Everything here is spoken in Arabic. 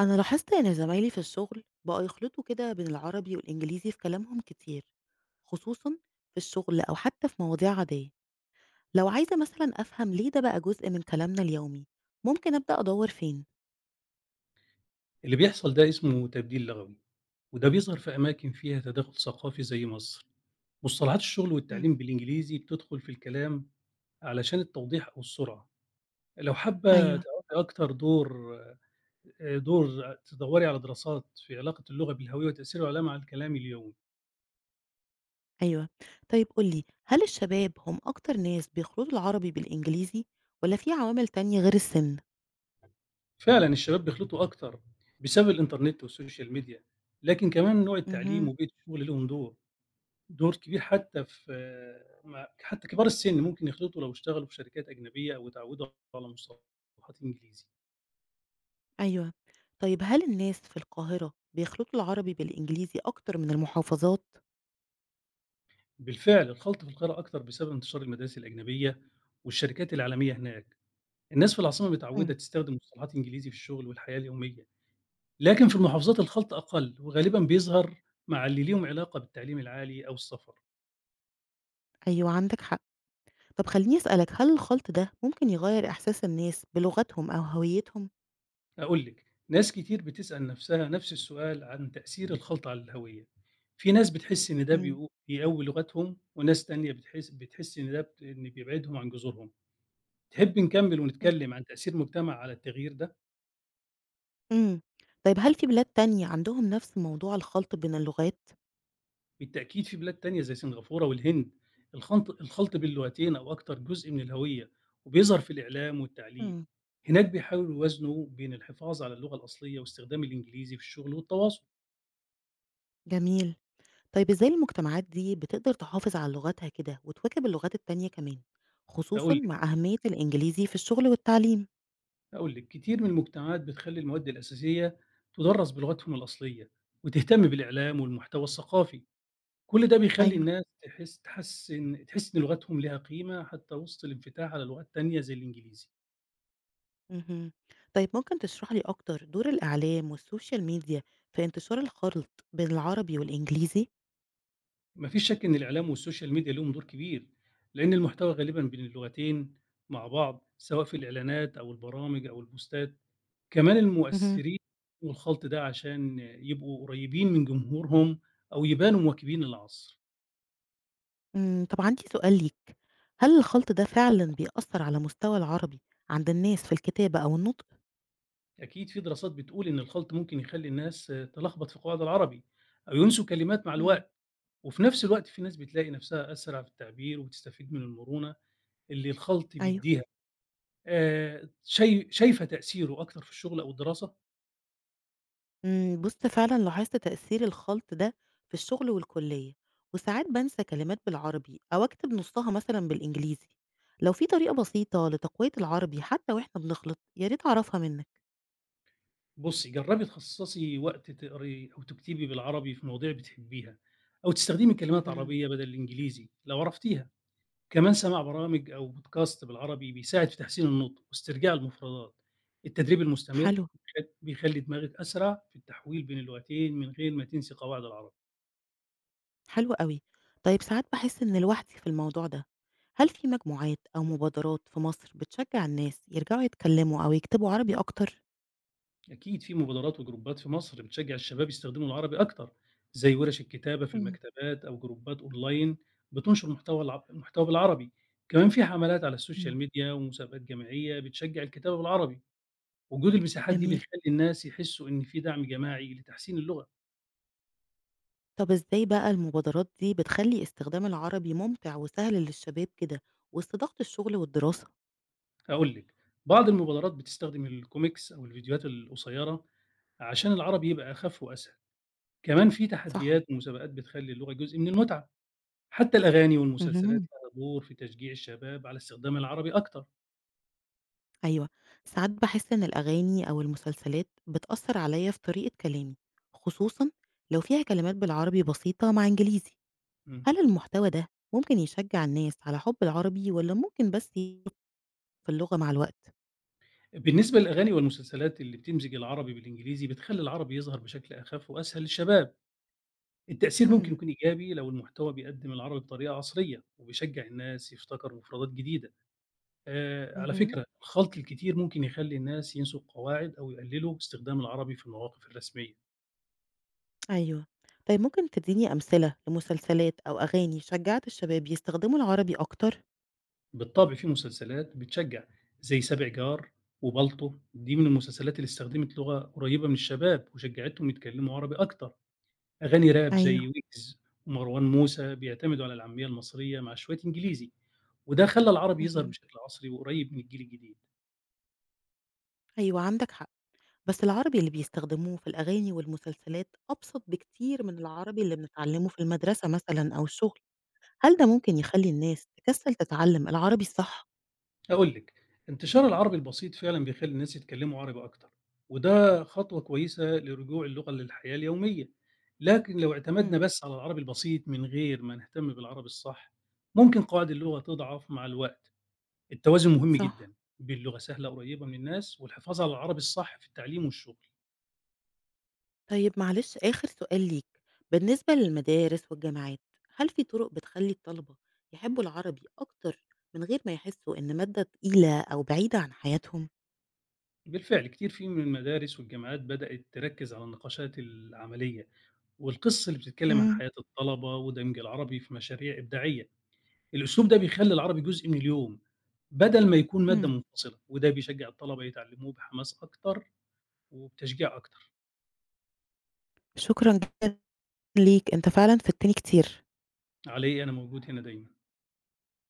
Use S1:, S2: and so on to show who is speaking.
S1: أنا لاحظت إن زمايلي في الشغل بقوا يخلطوا كده بين العربي والإنجليزي في كلامهم كتير، خصوصا في الشغل أو حتى في مواضيع عادية. لو عايزة مثلا أفهم ليه ده بقى جزء من كلامنا اليومي، ممكن أبدأ أدور فين؟
S2: اللي بيحصل ده اسمه تبديل لغوي، وده بيظهر في أماكن فيها تداخل ثقافي زي مصر. مصطلحات الشغل والتعليم
S1: مم.
S2: بالإنجليزي بتدخل في الكلام علشان التوضيح أو السرعة. لو حابة
S1: أيوة.
S2: تعرفي أكتر دور دور تدوري على دراسات في علاقة اللغة بالهوية وتأثيرها عليها مع الكلام اليومي.
S1: أيوة، طيب قولي، هل الشباب هم أكتر ناس بيخلطوا العربي بالإنجليزي، ولا في عوامل تانية غير السن؟
S2: فعلا الشباب بيخلطوا أكتر بسبب الإنترنت والسوشيال ميديا، لكن كمان نوع التعليم
S1: مهم.
S2: وبيئة الشغل لهم دور كبير. حتى في مع حتى كبار السن ممكن يخلطوا لو اشتغلوا في شركات أجنبية أو اتعودوا على مصطلحات إنجليزي.
S1: أيوة، طيب هل الناس في القاهرة بيخلطوا العربي بالإنجليزي أكتر من المحافظات؟
S2: بالفعل الخلط في القراءة أكتر بسبب انتشار المدارس الأجنبية والشركات العالمية هناك. الناس في العاصمة
S1: مم.
S2: متعودة تستخدم مصطلحات إنجليزي في الشغل والحياة اليومية، لكن في المحافظات الخلط أقل وغالبا بيظهر مع اللي ليهم علاقة بالتعليم العالي أو السفر.
S1: أيوة عندك حق. طب خلّيني أسألك، هل الخلْط ده ممكن يغيّر إحساس الناس بلغتهم أو هويتهم؟
S2: أقول لِك، ناس كتير بتسأل نفسها نفس السؤال عن تأثير الخلطة على الهوية، في ناس بتحس إن ده
S1: إمم.
S2: بيقوي لغتهم، وناس تانية بتحس إن ده بت إن بيبعدهم عن جذورهم. تحبي نكمل
S1: إمم.
S2: ونتكلم عن تأثير المجتمع على التغيير ده؟
S1: إمم. طيب هل في بلاد تانية عندهم نفْس موضوع الخلْط بين اللغات؟
S2: بالتأكيد في بلاد تانية زي سنغافورة والهند، الخلط بين اللغتين أو أكتر جزء من الهوية، وبيظهر في الإعلام والتعليم.
S1: إمم.
S2: هناك بيحاولوا يوازنوا بين الحفاظ على اللغة الأصلية واستخدام الإنجليزي في الشغل والتواصل.
S1: جميل. طيب إزاي المجتمعات دي بتقدر تحافظ على لغتها كده وتواكب اللغات التانية كمان، خصوصًا
S2: هاقول لِك
S1: مع أهمية الإنجليزي في الشغل والتعليم؟
S2: هاقول لِك، كتير من المجتمعات بتخلّي المواد الأساسية تُدرّس بلغتهم الأصلية، وتهتم بالإعلام والمحتوى الثقافي، كل ده بيخلّي
S1: أيوه.
S2: الناس تحس إن لغتهم ليها قيمة حتى وسط الانفتاح على لغات تانية زي الإنجليزي.
S1: اهم. طيب ممكن تشرح لي أكتر دور الإعلام والسوشيال ميديا في انتشار الخلْط بين العربي والإنجليزي؟
S2: ما فيش شك إن الإعلام والسوشيال ميديا ليهم دور كبير، لإن المحتوى غالبًا بين اللغتين مع بعض سواء في الإعلانات أو البرامج أو البوستات، كمان المؤثرين والخلط ده عشان يبقوا قريبين من جمهورهم أو يبانوا مواكبين العصر.
S1: إمم، طب عندي سؤال ليك، هل الخلط ده فعلًا بيأثّر على مستوى العربي عند الناس في الكتابة أو النطق؟
S2: أكيد في دراسات بتقول إن الخلط ممكن يخلّي الناس تلخبط في قواعد العربي أو ينسوا كلمات مع
S1: إمم.
S2: الوقت، وفي نفس الوقت في ناس بتلاقي نفسها أسرع في التعبير وبتستفيد من المرونة اللي الخلط
S1: أيوه.
S2: بيدّيها. شايفة تأثيره أكتر في الشغل أو الدراسة؟
S1: بُص، فعلًا لاحظت تأثير الخلط ده في الشغل والكلية، وساعات بانسى كلمات بالعربي أو أكتب نُصّها مثلًا بالإنجليزي. لو في طريقة بسيطة لتقوية العربي حتى وإحنا بنخلط، يا ريت أعرفها منّك.
S2: بُصّي، جرّبي تخصّصي وقت تقري أو تكتبي بالعربي في مواضيع بتحبيها أو تستخدمي كلمات
S1: اهم.
S2: عربية بدل الإنجليزي لو عرفتيها. كمان سماع برامج أو بودكاست بالعربي بيساعد في تحسين النطق واسترجاع المفردات. التدريب
S1: حلو.
S2: المستمر بيخلي دماغك أسرع في التحويل بين اللغتين من غير ما تنسي قواعد العربي.
S1: حلو أوي. طيب ساعات باحس إني لوحدي في الموضوع ده. هل في مجموعات أو مبادرات في مصر بتشجع الناس يرجعوا يتكلموا أو يكتبوا عربي أكتر؟
S2: أكيد في مبادرات وجروبات في مصر بتشجع الشباب يستخدموا العربي أكتر، زي ورش الكتابة في
S1: مم.
S2: المكتبات أو جروبات أونلاين بتنشر المحتوى بالعربي. كمان في حملات على السوشيال
S1: مم.
S2: ميديا ومسابقات جماعية بتشجع الكتابة بالعربي. وجود المساحات دي
S1: جميل.
S2: بتخلي الناس يحسوا إن في دعم جماعي لتحسين اللغة.
S1: طب إزاي بقى المبادرات دي بتخلي استخدام العربي ممتع وسهل للشباب كده وسط ضغط الشغل والدراسة؟
S2: هاقول لِك، بعض المبادرات بتستخدم الcomics أو الفيديوهات القصيرة عشان العربي يبقى أخف وأسهل، كمان في
S1: صح.
S2: تحديات ومسابقات بتخلّي اللغة جزء من المتعة، حتى الأغاني والمسلسلات
S1: مهم.
S2: لها دور في تشجيع الشباب على استخدام العربي أكتر.
S1: أيوة، ساعات بحس إن الأغاني أو المسلسلات بتأثر عليا في طريقة كلامي، خصوصا لو فيها كلمات بالعربي بسيطة مع إنجليزي.
S2: إمم.
S1: هل المحتوى ده ممكن يشجع الناس على حب العربي، والّا ممكن بس يقف في اللغة مع الوقت؟
S2: بالنسبة للأغاني والمسلسلات اللي بتمزج العربي بالإنجليزي بتخلّي العربي يظهر بشكل أخف وأسهل للشباب، التأثير ممكن
S1: إمم.
S2: يكون إيجابي لو المحتوى بيقدم العربي بطريقة عصرية وبيشجع الناس يفتكروا مفردات جديدة. على
S1: اهم.
S2: فكرة الخلط الكتير ممكن يخلّي الناس ينسوا القواعد أو يقلّلوا استخدام العربي في المواقف الرسمية.
S1: أيوه. طيب ممكن تدّيني أمثلة لمسلسلات أو أغاني شجّعت الشباب يستخدموا العربي أكتر؟
S2: بالطبع في مسلسلات بتشجّع زي سابع جار وبالطو، دي من المسلسلات اللي استخدمت لغة قريّبة من الشباب وشجّعتهم يتكلّموا عربي أكتر، أغاني راب زي
S1: أيوه.
S2: ويجز ومروان موسى بيعتمدوا على العامية المصرية مع شوية إنجليزي، وده خلّى العربي يظهر
S1: اهم.
S2: بشكل عصري وقريّب من الجيل الجديد.
S1: أيوه عندك حق، بس العربي اللي بيستخدموه في الأغاني والمسلسلات أبسط بكتير من العربي اللي بنتعلمه في المدرسة مثلًا أو الشغل. هل ده ممكن يخلّي الناس تكسّل تتعلم العربي الصح؟
S2: هاقول لِك، انتشار العربي البسيط فعلًا بيخلّي الناس يتكلّموا عربي أكتر، وده خطوة كويسة لرجوع اللغة للحياة اليومية، لكن لو اعتمدنا
S1: إمم.
S2: بس على العربي البسيط من غير ما نهتم بالعربي الصح، ممكن قواعد اللغة تضعف مع الوقت. التوازن مهم جدًا،
S1: صح.
S2: بين لغة سهلة قريبة من الناس والحفاظ على العربي الصح في التعليم والشغل.
S1: طيب معلش آخر سؤال ليك، بالنسبة للمدارس والجامعات، هل في طرق بتخلّي الطلبة يحبّوا العربي أكتر من غير ما يحسّوا إن مادة تقيلة أو بعيدة عن حياتهم؟
S2: بالفعل كتير في من المدارس والجامعات بدأت تركّز على النقاشات العملية والقصص اللي بتتكلّم عن
S1: إمم،
S2: حياة الطلبة ودمج العربي في مشاريع إبداعية. الأسلوب ده بيخلّي العربي جزء من اليوم، بدل ما يكون مادة
S1: إمم،
S2: منفصلة، وده بيشجّع الطلبة يتعلموه بحماس أكتر وبتشجيع أكتر.
S1: شكرًا جدًا ليك، أنت فعلًا فدتني كتير.
S2: على إيه، أنا موجود هنا دايمًا.